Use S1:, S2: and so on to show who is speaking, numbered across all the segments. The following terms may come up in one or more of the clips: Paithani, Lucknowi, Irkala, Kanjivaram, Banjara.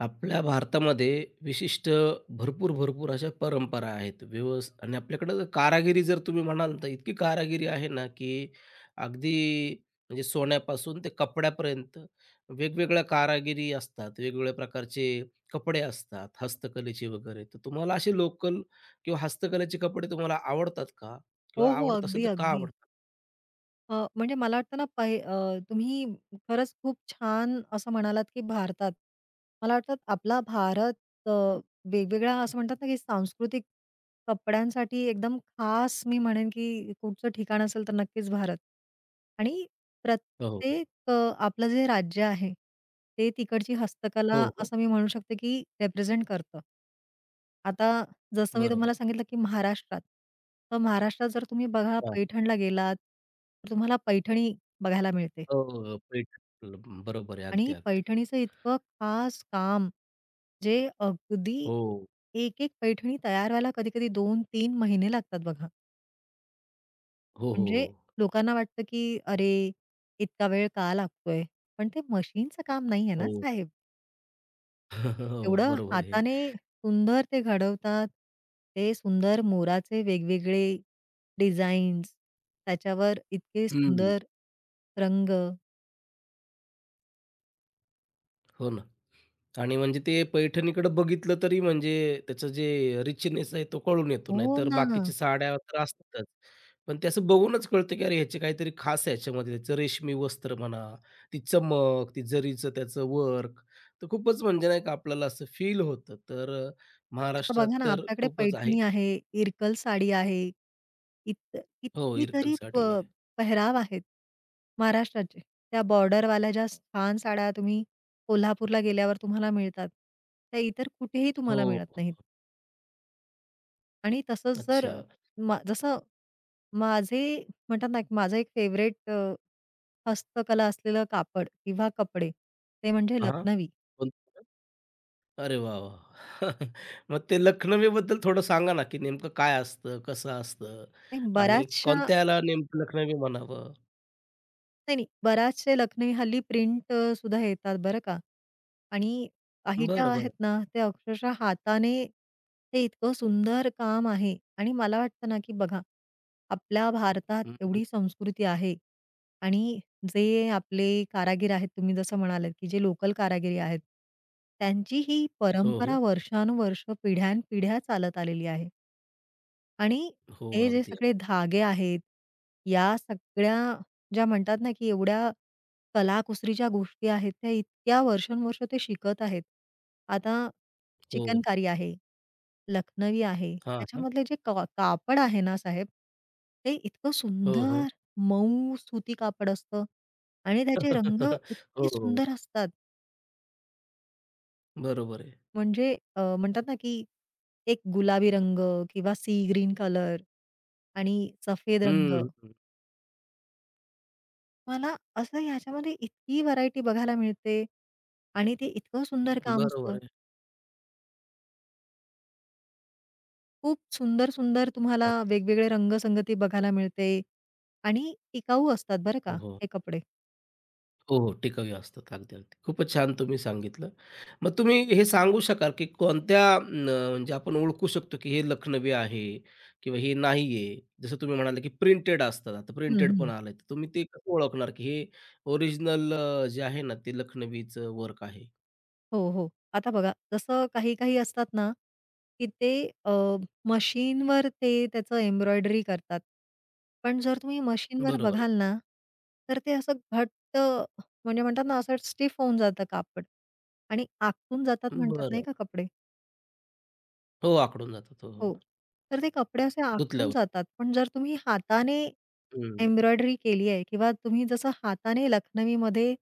S1: आपल्या भारतामध्ये विशिष्ट भरपूर, भरपूर अशा परंपरा आहेत. आणि आपल्याकडं कारागिरी जर तुम्ही म्हणाल तर इतकी कारागिरी आहे ना, की अगदी म्हणजे सोन्यापासून ते कपड्यापर्यंत वेगवेगळ्या कारागिरी असतात. वेगवेगळ्या प्रकारचे कपडे असतात, हस्तकलेचे वगैरे. तर तुम्हाला असे लोकल किंवा हस्तकलेचे कपडे तुम्हाला आवडतात का?
S2: हो,
S1: किंवा
S2: हो.
S1: आवडत असेल
S2: अगदी,
S1: तर का
S2: अगदी.
S1: आवडतात?
S2: म्हणजे मला वाटतं ना तुम्ही खरंच खूप छान असं म्हणालात, की भारतात मला वाटतं आपला भारत, वेगवेगळ्या असं म्हणतात ना, की सांस्कृतिक कपड्यांसाठी एकदम खास मी म्हणेन, की कुठचं ठिकाण असेल तर नक्कीच भारत. आणि
S1: हो,
S2: प्रत्येक अ, आपलं जे राज्य आहे, ते तिकडची
S1: हो,
S2: हस्तकला
S1: हो.
S2: असं मी म्हणू शकते, की रिप्रेझेंट करतं. आता जसं मी
S1: बरोबर.
S2: तुम्हाला सांगितलं, की महाराष्ट्रात. तर महाराष्ट्रात जर तुम्ही बघा
S1: हां.
S2: पैठणला गेलात, तर तुम्हाला पैठणी बघायला मिळते.
S1: हो, हो. पैठण बरोबर आहे. अगदी,
S2: आणि
S1: अगदी.
S2: पैठणीचं इतकं खास काम जे अगदी,
S1: हो.
S2: एक-एक पैठणी तयार व्हायला कधी-कधी 2-3 महिने लागतात बघा.
S1: हो, हो,
S2: म्हणजे
S1: हो.
S2: लोकांना वाटतं, की "अरे, इतका वेळ का लागतोय?" पण ते मशीनचं काम नाहीये ना
S1: हो.
S2: साहेब.
S1: हो,
S2: एवढं
S1: बरोबर आहे.
S2: हाताने सुंदर ते घडवतात. ते सुंदर मोराचे वेगवेगळे डिझाईन्स, त्याच्यावर इतके
S1: हं.
S2: सुंदर रंग.
S1: हो ना. आणि म्हणजे ते पैठणीकडं बघितलं तरी म्हणजे त्याचं जे रिचनेस आहे तो कळून येतो.
S2: हो
S1: नाहीतर
S2: ना.
S1: बाकीच्या साड्या तर असतातच. पण ते असं बघूनच कळतं की अरे ह्याचे काहीतरी खास आहे ह्याच्यामध्ये. त्याचं रेशमी वस्त्र म्हणा, ती चमक, ती जरीचं त्याचं वर्क. तर खूपच म्हणजे नाही का आपल्याला असं फील होतं. तर
S2: आता
S1: महाराष्ट्रात
S2: बघा ना,
S1: तर
S2: आपल्याकडे
S1: खूपच आहे.
S2: पैठणी आहे, इरकल साडी आहे. इत
S1: हो, इरकल
S2: कितीतरी प
S1: साडी आहे.
S2: पेहराव आहेत महाराष्ट्राचे. त्या बॉर्डरवाल्या ज्या छान साड्या तुम्ही कोल्हापूरला गेल्यावर तुम्हाला मिळतात, त्या इतर कुठेही
S1: हो.
S2: तुम्हाला मिळत नाहीत. आणि तसंच जर अ,
S1: अच्छा.
S2: मा जसं माझे म्हणतात ना, एक- माझं एक फेवरेट हस्तकला असलेलं कापड किंवा कपडे, ते म्हणजे
S1: हां.
S2: लखनवी.
S1: अरे वाह! वाह! मग ते लखनवीबद्दल थोडं सांगा ना, की नेमकं काय असतं? कसं असतं?
S2: ते
S1: आणि
S2: बऱ्याचशा
S1: कोणत्याला नेमकं लखनवी म्हणावं?
S2: नाही, नाही. बऱ्याचशा लखनई हल्ली प्रिंट सुद्धा येतात बरं का. आणि काही ज्या
S1: बरं, बरं.
S2: आहेत ना, ते अक्षरशः हाताने, ते इतकं सुंदर काम आहे. आणि मला वाटतं ना, की बघा आपल्या भारतात
S1: हं, हं.
S2: एवढी संस्कृती आहे आणि जे आपले कारागीर आहेत, तुम्ही जसं म्हणालात, की जे लोकल कारागिरी आहेत, त्यांची ही
S1: हो, हो.
S2: परंपरा वर्षानुवर्ष, पिढ्यानपिढ्या चालत आलेली आहे. आणि
S1: हो,
S2: हे जे
S1: अगदी. अगदी.
S2: सगळे धागे आहेत, या सगळ्या ज्या म्हणतात ना, की एवढ्या कलाकुसरीच्या गोष्टी आहेत, त्या इतक्या वर्षानुवर्ष ते शिकत आहेत. आता
S1: हो.
S2: चिकनकारी आहे, लखनवी आहे,
S1: हां, हां.
S2: त्याच्यामधले जे का कापड आहे ना साहेब, ते इतकं
S1: हो, हो.
S2: सुंदर मऊ सुती कापड असतं आणि त्याचे रंग
S1: हो,
S2: इतके
S1: हो.
S2: सुंदर असतात.
S1: बरोबर आहे.
S2: म्हणजे म्हणतात ना, की एक गुलाबी रंग किंवा सी ग्रीन कलर आणि सफेद रंग.
S1: हं, हं.
S2: मला असं ह्याच्यामध्ये इतकी व्हरायटी बघायला मिळते आणि ते इतकं सुंदर काम
S1: बरोबर
S2: असतं.
S1: आहे.
S2: खूप सुंदर-सुंदर तुम्हाला
S1: अच्छा.
S2: वेगवेगळे रंगसंगती बघायला मिळते आणि टिकाऊ असतात बरं
S1: हो.
S2: का,
S1: हो.
S2: हे कपडे.
S1: हो, हो. टिकाऊ असतात. अगदी, अगदी. खूपच छान तुम्ही सांगितलं. मग तुम्ही हे सांगू शकाल, की कोणत्या म्हणजे आपण ओळखू शकतो, की हे लखनवी आहे किंवा हे नाहीये. जसं तुम्ही म्हणाले, की प्रिंटेड असतात. आता
S2: हं,
S1: प्रिंटेड पण
S2: हं.
S1: आलंय. तर तुम्ही ते कसं ओळखणार, की हे ओरिजिनल जे आहे ना, ते लखनवीचं वर्क आहे.
S2: हो, हो. आता बघा जसं काही-काही असतात ना, की ते अ, मशीनवर ते त्याचं एम्ब्रॉयडरी करतात. पण जर तुम्ही मशीनवर
S1: बरोबर आहे.
S2: बघाल ना, तर ते असं घट्ट म्हणजे म्हणतात ना, असं स्टिफ होऊन जातं कापड आणि आखून जातात म्हणतात नाही
S1: बरं.
S2: का कपडे.
S1: हो, आखडून जातात. हो,
S2: हो.
S1: हो.
S2: तर ते कपडे असे आखून
S1: धुतल्यावर.
S2: जातात. पण जर तुम्ही हाताने
S1: हं.
S2: एम्ब्रॉयडरी केली आहे किंवा तुम्ही जसं हाताने लखनवीमध्ये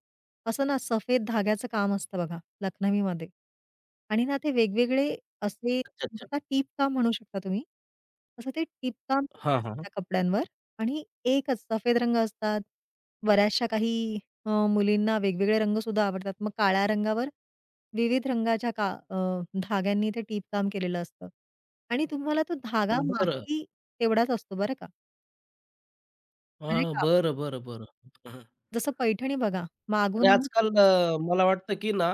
S2: असं ना सफेद धाग्याचं काम असतं बघा लखनवीमध्ये, आणि ना ते वेगवेगळे असे,
S1: अच्छा, अच्छा.
S2: आता टीप काम म्हणू शकता तुम्ही. तसं ते टीपकाम
S1: हां,
S2: केलेलं असतं
S1: हां.
S2: त्या कपड्यांवर आणि एकच सफेद रंग असतात. बऱ्याचशा काही मुलींना वेगवेगळे रंगसुद्धा आवडतात. मग काळ्या रंगावर विविध रंगाच्या धाग्यांनी ते टीपकाम केलेलं असतं. आणि तुम्हाला तो धागा
S1: बरं.
S2: मागेही तेवढाच असतो बरं का. म्हणजे
S1: हां,
S2: कापड
S1: बरं, बरं, बरं.
S2: जसं पैठणी बघा,
S1: आणि
S2: मागून आणि
S1: आजकाल मला वाटतं, की ना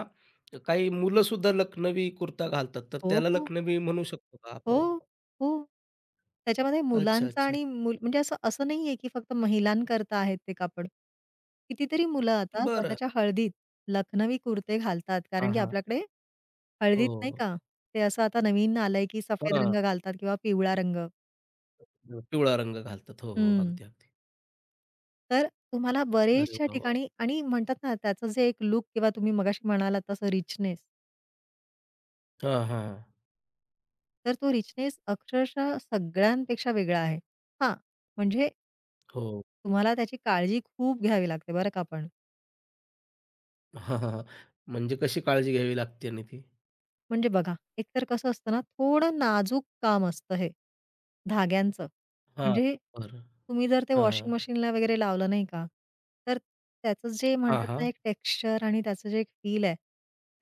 S1: काही मुलंसुद्धा लखनवी कुर्ता घालतात, तर
S2: हो,
S1: त्याला
S2: हो,
S1: लखनवी म्हणू शकतो का
S2: हो,
S1: आपण?
S2: हो. त्याच्यामध्ये
S1: अच्छा,
S2: मुलांचा
S1: अच्छा.
S2: आणि म्हणजे असं असं नाहीये, की फक्त महिलांकरता आहेत ते कापड. कितीतरी मुलं आता
S1: बरं.
S2: स्वतःच्या हळदीत लखनवी कुर्ते घालतात.
S1: हां,
S2: कारण की
S1: हां.
S2: आपल्याकडे हळदीत नाही
S1: हो.
S2: का, ते असं आता नवीन आलंय, की सफेद
S1: हां.
S2: रंग घालतात किंवा पिवळा रंग.
S1: पिवळा रंग घालतात. हो, हो.
S2: हं.
S1: अगदी, अगदी.
S2: तर तुम्हाला
S1: अरे
S2: बरेचशा
S1: वाह! वाह!
S2: ठिकाणी आणि म्हणतात ना, त्याचं जे एक लूक किंवा तुम्ही मगाशी म्हणालात तसं रिचनेस,
S1: हां, हां.
S2: तर तो रिचनेस अक्षरशः सगळ्यांपेक्षा वेगळा आहे. हां, म्हणजे
S1: हो.
S2: तुम्हाला त्याची काळजी खूप घ्यावी लागते बरं का पण.
S1: हां, हां, हां. म्हणजे कशी काळजी घ्यावी लागते आणि ती?
S2: म्हणजे बघा, एकतर कसं असतं ना, थोडं नाजूक काम असतं हे, धाग्यांचं.
S1: हां.
S2: म्हणजे
S1: बरं.
S2: तुम्ही जर ते
S1: हां, हां.
S2: वॉशिंग मशीनला वगैरे लावलं नाही का, तर त्याचं जे
S1: हां,
S2: म्हणतात ना,
S1: हां.
S2: एक टेक्स्चर आणि त्याचं जे एक फील आहे,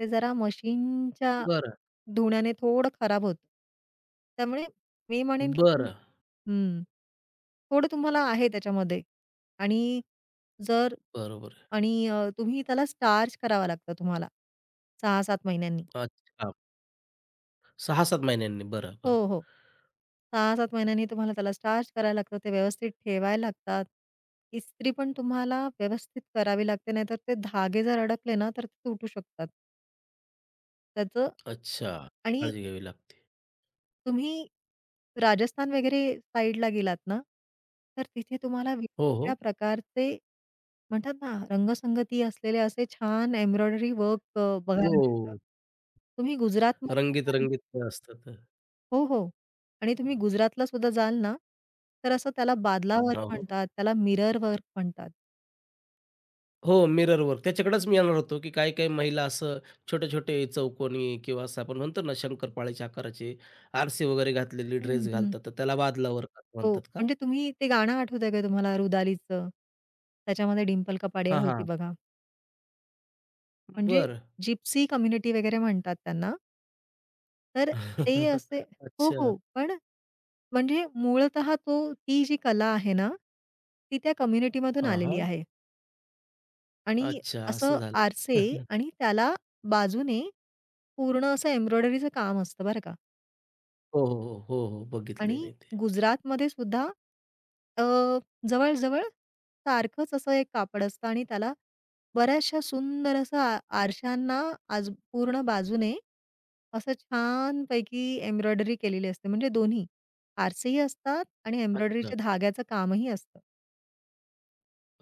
S2: ते जरा मशीनच्या
S1: बरं.
S2: धुण्याने थोडं खराब होतं. त्यामुळे मी म्हणेन की तुम्ही,
S1: बरं.
S2: हं, थोडं तुम्हाला आहे त्याच्यामध्ये, आणि जर,
S1: बरोबर
S2: आणि तुम्ही त्याला स्टार्च करावा लागतं तुम्हाला 6-7 महिन्यांनी.
S1: अच्छा. 6-7 महिन्यांनी. बरं,
S2: हो,
S1: बरं.
S2: हो. 6-7 महिन्यांनी तुम्हाला त्याला स्टार्च करायला लागतं, ते व्यवस्थित ठेवायला लागतात. इस्त्री पण तुम्हाला व्यवस्थित करावी लागते, नाहीतर ते धागे जर अडकले ना, तर ते तुटू शकतात. त्याचं,
S1: अच्छा.
S2: आणि
S1: काळजी घ्यावी लागते.
S2: तुम्ही राजस्थान वगैरे साईडला गेलात ना, तर तिथे तुम्हाला
S1: हो, हो.
S2: वेगवेगळ्या प्रकारचे म्हणतात ना, रंगसंगती असलेले असे छान एम्ब्रॉयडरी वर्क बघायला मिळतं.
S1: हो.
S2: तुम्ही
S1: रंगीत,
S2: गुजरातमध्ये,
S1: रंगीत ते असतात.
S2: हो, हो. आणि तुम्ही गुजरातला सुद्धा जाल ना, तर असं त्याला बादला, हं, वर्क
S1: हो, हो.
S2: म्हणतात, त्याला मिरर वर्क म्हणतात.
S1: हो, मिरर वर्क. त्याच्याकडेच मी येणार होतो, की काही-काही महिला असं छोटे-छोटे चौकोनी किंवा असं आपण म्हणतो ना, शंकरपाळ्याच्या आकाराचे आरसे वगैरे घातलेली
S2: हं,
S1: ड्रेस
S2: हं.
S1: घालतात, तर त्याला बादला वर्क असं
S2: हो,
S1: म्हणतात का?
S2: म्हणजे तुम्ही ते गाणं आठवतंय का तुम्हाला रुदालीचं? त्याच्यामध्ये डिंपल कपाडिया
S1: हां,
S2: होती
S1: हां.
S2: बघा. म्हणजे
S1: बरं.
S2: जिप्सी कम्युनिटी वगैरे म्हणतात त्यांना. तर ते असे, हो,
S1: अच्छा.
S2: हो. पण म्हणजे मूळतः तो, ती जी कला आहे ना, ती त्या कम्युनिटीमधून
S1: हां,
S2: आलेली
S1: हां.
S2: आहे. आणि
S1: अच्छा, असं
S2: असं
S1: झालंय.
S2: आरसे आणि त्याला बाजूने पूर्ण असं एम्ब्रॉयडरीचं काम असतं बरं का.
S1: हो, हो, हो. हो, हो. बघितलंय
S2: आणि
S1: मी ते.
S2: गुजरातमध्ये सुद्धा अ, जवळ-जवळ सारखंच असं एक कापड असतं आणि त्याला बऱ्याचशा सुंदर असं आरशांना आज पूर्ण बाजूने असं छानपैकी एम्ब्रॉयडरी केलेली असते. म्हणजे दोन्ही आरसेही असतात आणि
S1: अच्छा.
S2: एम्ब्रॉयडरीच्या धाग्याचं कामही असतं.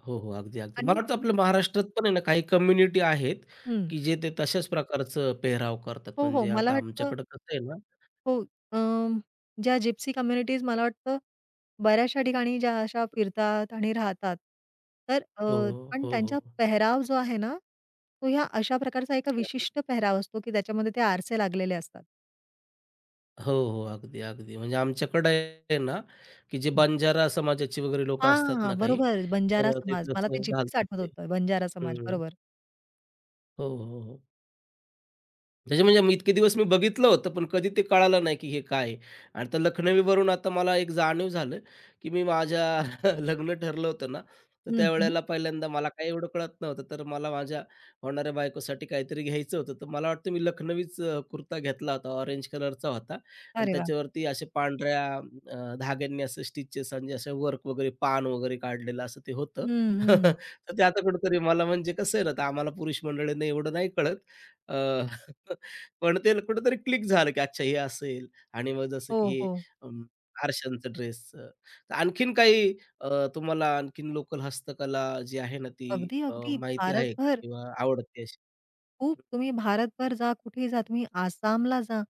S1: हो, हो. अगदी, अगदी. मला
S2: आणि
S1: वाटतं आपल्या महाराष्ट्रात पण आहे ना, काही कम्युनिटी आहेत,
S2: हं.
S1: की जे ते तशाच प्रकारचं पेहराव करतात.
S2: हो, हो.
S1: म्हणजे
S2: मला
S1: आता
S2: वाटतं
S1: आमच्याकडं कसं आहे ना
S2: हो. अं, ज्या जिप्सी कम्युनिटीज मला वाटतं बऱ्याचशा ठिकाणी ज्या अशा फिरतात आणि राहतात. तर
S1: हो, हो.
S2: पण
S1: हो,
S2: त्यांचा
S1: हो.
S2: पेहराव जो आहे ना, तो ह्या अशा प्रकारचा एका विशिष्ट पेहराव असतो, की त्याच्यामध्ये ते आरसे लागलेले असतात.
S1: हो, हो. अगदी, अगदी. म्हणजे आमच्याकडे आहे ना, की जे
S2: हं.
S1: बंजारा समाजाची वगैरे लोकं असतात
S2: हां,
S1: ना काही,
S2: बरोबर. बंजारा
S1: तर ते
S2: समाज. मला ते
S1: तसं
S2: जिप्सीच
S1: घालतात
S2: आठवत
S1: ते.
S2: होतं. बंजारा समाज.
S1: हं.
S2: बरोबर.
S1: हो, हो, हो. त्याचे म्हणजे मी इतके दिवस मी बघितलं होतं, पण कधी ते कळालं नाही, की हे काय आहे? आणि तर लखनवीवरून आता मला एक जाणीव झालं, की मी माझ्या लग्न ठरलं होतं ना, तर
S2: हं, हं.
S1: त्यावेळेला पहिल्यांदा मला काही एवढं कळत नव्हतं. तर मला माझ्या होणाऱ्या बायकोसाठी काहीतरी घ्यायचं होतं. तर मला वाटतं मी लखनवीच कुर्ता घेतला होता. ऑरेंज कलरचा होता आणि
S2: अरे वाह!
S1: त्याच्यावरती असे पांढऱ्या धाग्यांनी असं स्टिचेस आणि असे वर्क वगैरे, पान वगैरे काढलेलं असं ते होतं.
S2: हं, हं, हं.
S1: तर ते आता कुठेतरी मला म्हणजे कसं आहे ना, तर आम्हाला पुरुष मंडळींना एवढं नाही कळत. अ, पण ते कुठेतरी क्लिक झालं, की अच्छा हे असेल आणि मग जसं
S2: हो,
S1: की हे
S2: हो.
S1: अं, आरशांचं ड्रेसचं. आणखीन काही तुम्हाला आणखीन लोकल हस्तकला जी आहे ना ती
S2: अगदी, अगदी.
S1: माहिती आहे का
S2: भारतभर
S1: किंवा आवडते अशी?
S2: खूप, तुम्ही भारतभर जा, कुठेही जा, तुम्ही आसामला जा,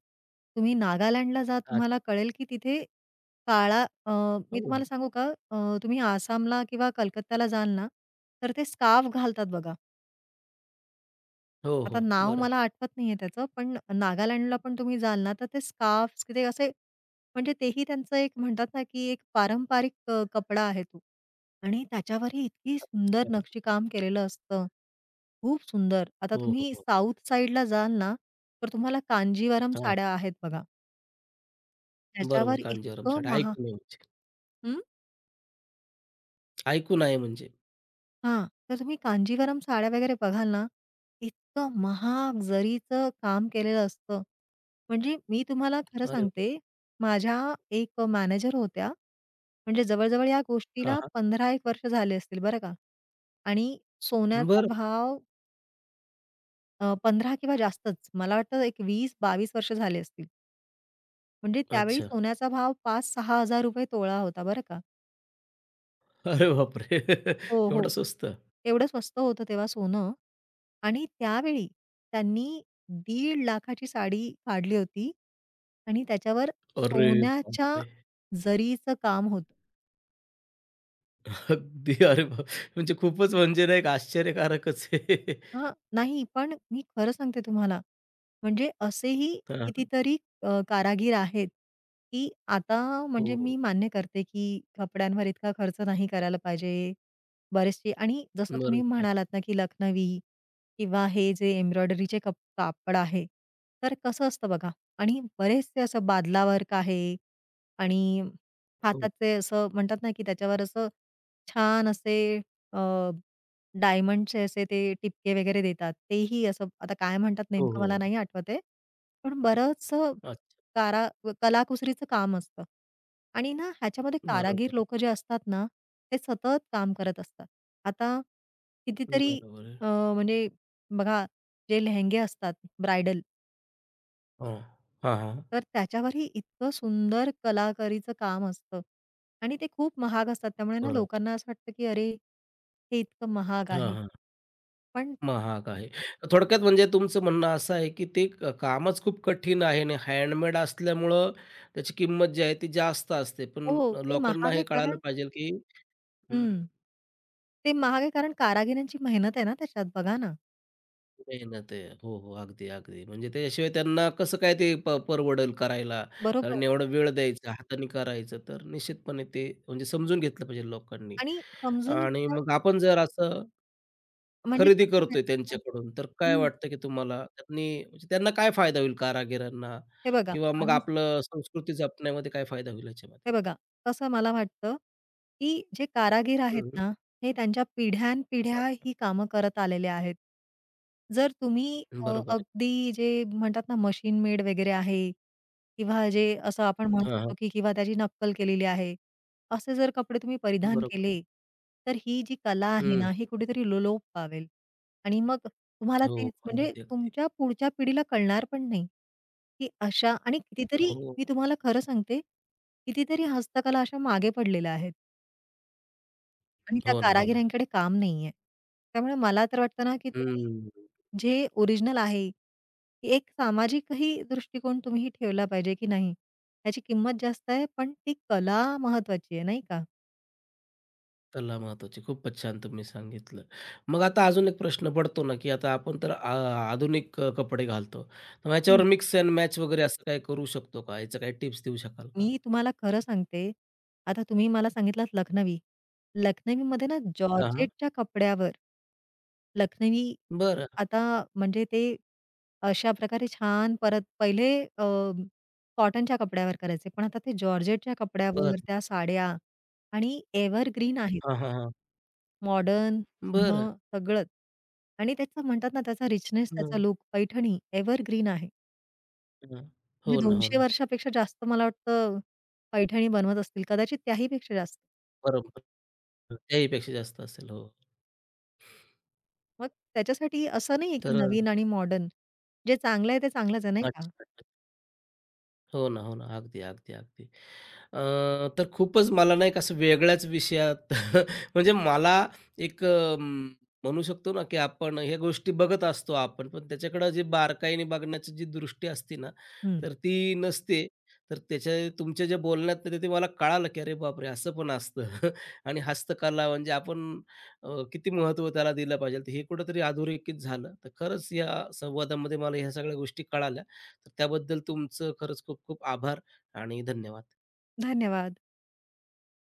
S2: तुम्ही नागालँडला जा, तुम्हाला
S1: अच्छा.
S2: कळेल की तिथे काळा अ,
S1: हो,
S2: मी
S1: हो.
S2: तुम्हाला सांगू का? तुम्ही आसामला किंवा कलकत्त्याला जाल ना, तर ते स्कार्फ घालतात बघा.
S1: हो, हो.
S2: आता नाव
S1: बरं.
S2: मला आठवत नाहीये त्याचं, पण नागालँडला पण तुम्ही जाल ना, तर ते स्कार्फ्स ते असे, म्हणजे तेही त्यांचं एक म्हणतात ना, की एक पारंपरिक कपडा आहे तो. आणि त्याच्यावरही इतकी सुंदर नक्षीकाम केलेलं असतं. खूप सुंदर. आता
S1: हो, हो,
S2: तुम्ही
S1: हो.
S2: साउथ साइडला जाल ना, तर तुम्हाला कांजीवरम
S1: हां.
S2: साड्या आहेत बघा.
S1: बरोबर
S2: त्याच्यावर
S1: कांजीवरम
S2: इतकं
S1: साडी
S2: महा
S1: ऐकून आहे म्हणजे.
S2: हं?
S1: ऐकून आहे म्हणजे.
S2: हां. तर तुम्ही कांजीवरम साड्या वगैरे बघाल ना, इतकं महाग जरीचं काम केलेलं असतं. म्हणजे मी तुम्हाला खरं
S1: अरे वाह!
S2: सांगते, माझ्या एक मॅनेजर होत्या, म्हणजे जवळ-जवळ या
S1: हां,
S2: गोष्टीला
S1: हां.
S2: 15 एक वर्ष झाले असतील बरं का. आणि सोन्याचा
S1: बरं.
S2: भाव 15 किंवा जास्तच मला वाटतं एक 20-22 वर्ष झाले असतील. म्हणजे त्यावेळी
S1: अच्छा.
S2: सोन्याचा भाव ₹5,000-6,000 तोळा होता बरं का.
S1: अरे बापरे!
S2: हो, हो.
S1: एवढं स्वस्त?
S2: एवढं स्वस्त होतं तेव्हा सोनं. आणि त्यावेळी त्यांनी दीड लाखाची साडी काढली होती आणि त्याच्यावर
S1: अरे
S2: सोन्याच्या
S1: बापरे!
S2: जरीचं काम होतं.
S1: अगदी अरे बाप म्हणजे खूपच म्हणजे नाही का आश्चर्यकारकच आहे.
S2: हां, नाही. पण मी खरं सांगते तुम्हाला, म्हणजे असेही
S1: हां, हां.
S2: कितीतरी कारागीर आहेत, की आता, म्हणजे मी
S1: हो.
S2: मान्य करते, की कपड्यांवर इतका खर्च नाही करायला पाहिजे. बरेचसे आणि जसं तुम्ही
S1: बरोबर आहे.
S2: म्हणालात ना, की लखनवी किंवा हे जे एम्ब्रॉयडरीचे कापड आहे, तर कसं असतं बघा. आणि बरेचसे असं बादला आहे आणि
S1: हो,
S2: हाताचे असं म्हणतात ना, की त्याच्यावर असं छान असे डायमंडचे असे ते टिपके वगैरे देतात. तेही असं आता काय म्हणतात
S1: हो,
S2: नेमकं मला
S1: हो.
S2: नाही आठवत आहे. पण बरंचसं
S1: अच्छा.
S2: कारा कलाकुसरीचं काम असतं. आणि ना ह्याच्यामध्ये
S1: बरोबर
S2: कारागीर
S1: आहे.
S2: लोकं जे असतात ना, ते सतत काम करत असतात. आता कितीतरी
S1: बरोबर आहे.
S2: अ, म्हणजे बघा, जे लेहेंगे असतात ब्राइडल,
S1: हो. हां, हां.
S2: तर त्याच्यावरही इतकं सुंदर कलाकारीचं काम असतं. आणि ते खूप महाग असतात. त्यामुळे ना
S1: बरोबर आहे.
S2: लोकांना असं वाटतं, की अरे, हे इतकं महाग
S1: हां,
S2: आहे.
S1: हां.
S2: पण,
S1: महाग आहे. थोडक्यात म्हणजे तुमचं म्हणणं असं आहे, की ते कामच खूप कठीण आहे आणि हँडमेड असल्यामुळं त्याची किंमत जी आहे ती जास्त असते. पण
S2: हो. ते
S1: लोकांना
S2: महाग
S1: हे
S2: आहे
S1: कळालं
S2: कारण
S1: पाहिजे, की हं.
S2: हं. ते महाग आहे कारण कारागिरांची मेहनत आहे ना त्याच्यात बघा ना.
S1: नाही ना ते. हो, हो. अगदी, अगदी. म्हणजे त्याच्याशिवाय त्यांना कसं काय ते परवडेल करायला.
S2: बरोबर.
S1: कारण एवढा वेळ द्यायचा, हाताने करायचं, तर निश्चितपणे ते म्हणजे समजून घेतलं पाहिजे लोकांनी.
S2: आणि समजून
S1: आणि
S2: घेणं
S1: मग आपण जर असं
S2: म्हणजे
S1: खरेदी
S2: कसं,
S1: करतोय
S2: माहिती आहे का?
S1: त्यांच्याकडून, तर काय
S2: हं.
S1: वाटतं की तुम्हाला त्यांनी म्हणजे त्यांना काय फायदा होईल कारागिरांना?
S2: हे बघा
S1: किंवा मग
S2: मला
S1: आपलं संस्कृती जपण्यामध्ये काय फायदा होईल
S2: हे
S1: याच्यामध्ये?
S2: बघा, कसं मला वाटतं, की जे कारागीर आहेत
S1: हं,
S2: ना, हे त्यांच्या पिढ्यानपिढ्या ही कामं करत आलेले आहेत. जर तुम्ही
S1: बरोबर आहे.
S2: अगदी जे म्हणतात ना मशीन मेड वगैरे आहे, किंवा जे असं आपण म्हणू
S1: हां, हां.
S2: शकतो, की किंवा त्याची नक्कल केलेली आहे, असे जर कपडे तुम्ही परिधान
S1: बरोबर.
S2: केले, तर ही जी कला आहे
S1: हं.
S2: ना, ही कुठेतरी लोलोप पावेल. आणि मग तुम्हाला
S1: हो.
S2: तेच म्हणजे
S1: अगदी, अगदी.
S2: तुमच्या पुढच्या पिढीला कळणार पण नाही, की अशा, आणि कितीतरी
S1: हो.
S2: मी तुम्हाला खरं सांगते, कितीतरी हस्तकला अशा मागे पडलेल्या आहेत आणि त्या
S1: हो ना, हो ना.
S2: कारागिरांकडे काम नाहीये. त्यामुळे मला तर वाटतं ना, की तुम्ही
S1: हं.
S2: जे ओरिजिनल आहे, की एक सामाजिकही दृष्टिकोन तुम्ही ठेवला पाहिजे, की नाही, ह्याची किंमत जास्त आहे, पण ती कला महत्वाची आहे, नाही का?
S1: त्याला महत्त्वाची. खूपच छान तुम्ही सांगितलं. मग आता अजून एक प्रश्न पडतो ना, की आता आपण तर आधुनिक कपडे घालतो. तर मग ह्याच्यावर मिक्स अँड मॅच वगैरे असं काही करू शकतो का? याच्या काही टिप्स देऊ शकाल का?
S2: मी तुम्हाला खरं सांगते, आता तुम्ही मला सांगितलात लखनवी. लखनवीमध्ये ना, हं,
S1: हां, हां.
S2: जॉर्जेटच्या कपड्यावर लखनवी.
S1: बरं,
S2: आता म्हणजे ते अशा प्रकारे छान परत पहिले अ, कॉटनच्या कपड्यावर करायचे. पण आता ते जॉर्जेटच्या
S1: बरं.
S2: कपड्यावर त्या साड्या आणि एव्हरग्रीन आहेत.
S1: हां, हां, हां.
S2: मॉडर्न,
S1: बरं.
S2: जुनं, सगळंच. आणि त्याचं म्हणतात ना त्याचा रिचनेस, त्याचा
S1: हं,
S2: लूक, पैठणी एव्हरग्रीन आहे.
S1: हं.
S2: म्हणजे
S1: हो ना, हो
S2: 200
S1: ना.
S2: वर्षापेक्षा जास्त मला वाटतं पैठणी बनवत असतील. कदाचित त्याही पेक्षा जास्त.
S1: बरोबर. त्याहीपेक्षा जास्त असेल. हो.
S2: मग त्याच्यासाठी असं नाहीये की
S1: तर
S2: नवीन आणि मॉडर्न. जे चांगलं आहे ते चांगलंच आहे, नाही का?
S1: अच्छा. हो ना, हो ना. अगदी, अगदी, अगदी. अ, तर खूपच मला नाही का असं वेगळ्याच विषयात म्हणजे मला एक म्हणू शकतो ना, की आपण ह्या गोष्टी बघत असतो आपण, पण त्याच्याकडं जे बारकाईने बघण्याची जी दृष्टी असते ना,
S2: हं.
S1: तर ती नसते. तर तुमच्या ज्या बोलण्यातनं ते ते मला कळालं, की अरे बापरे! असं पण असतं आणि हस्तकला म्हणजे आपण किती महत्त्व त्याला दिलं पाहिजे. तर हे कुठेतरी अधोरेखित झालं. तर खरंच या संवादामध्ये मला ह्या सगळ्या गोष्टी कळाल्या. तर त्याबद्दल तुमचं खरंच खूप खूप आभार आणि धन्यवाद.
S2: धन्यवाद.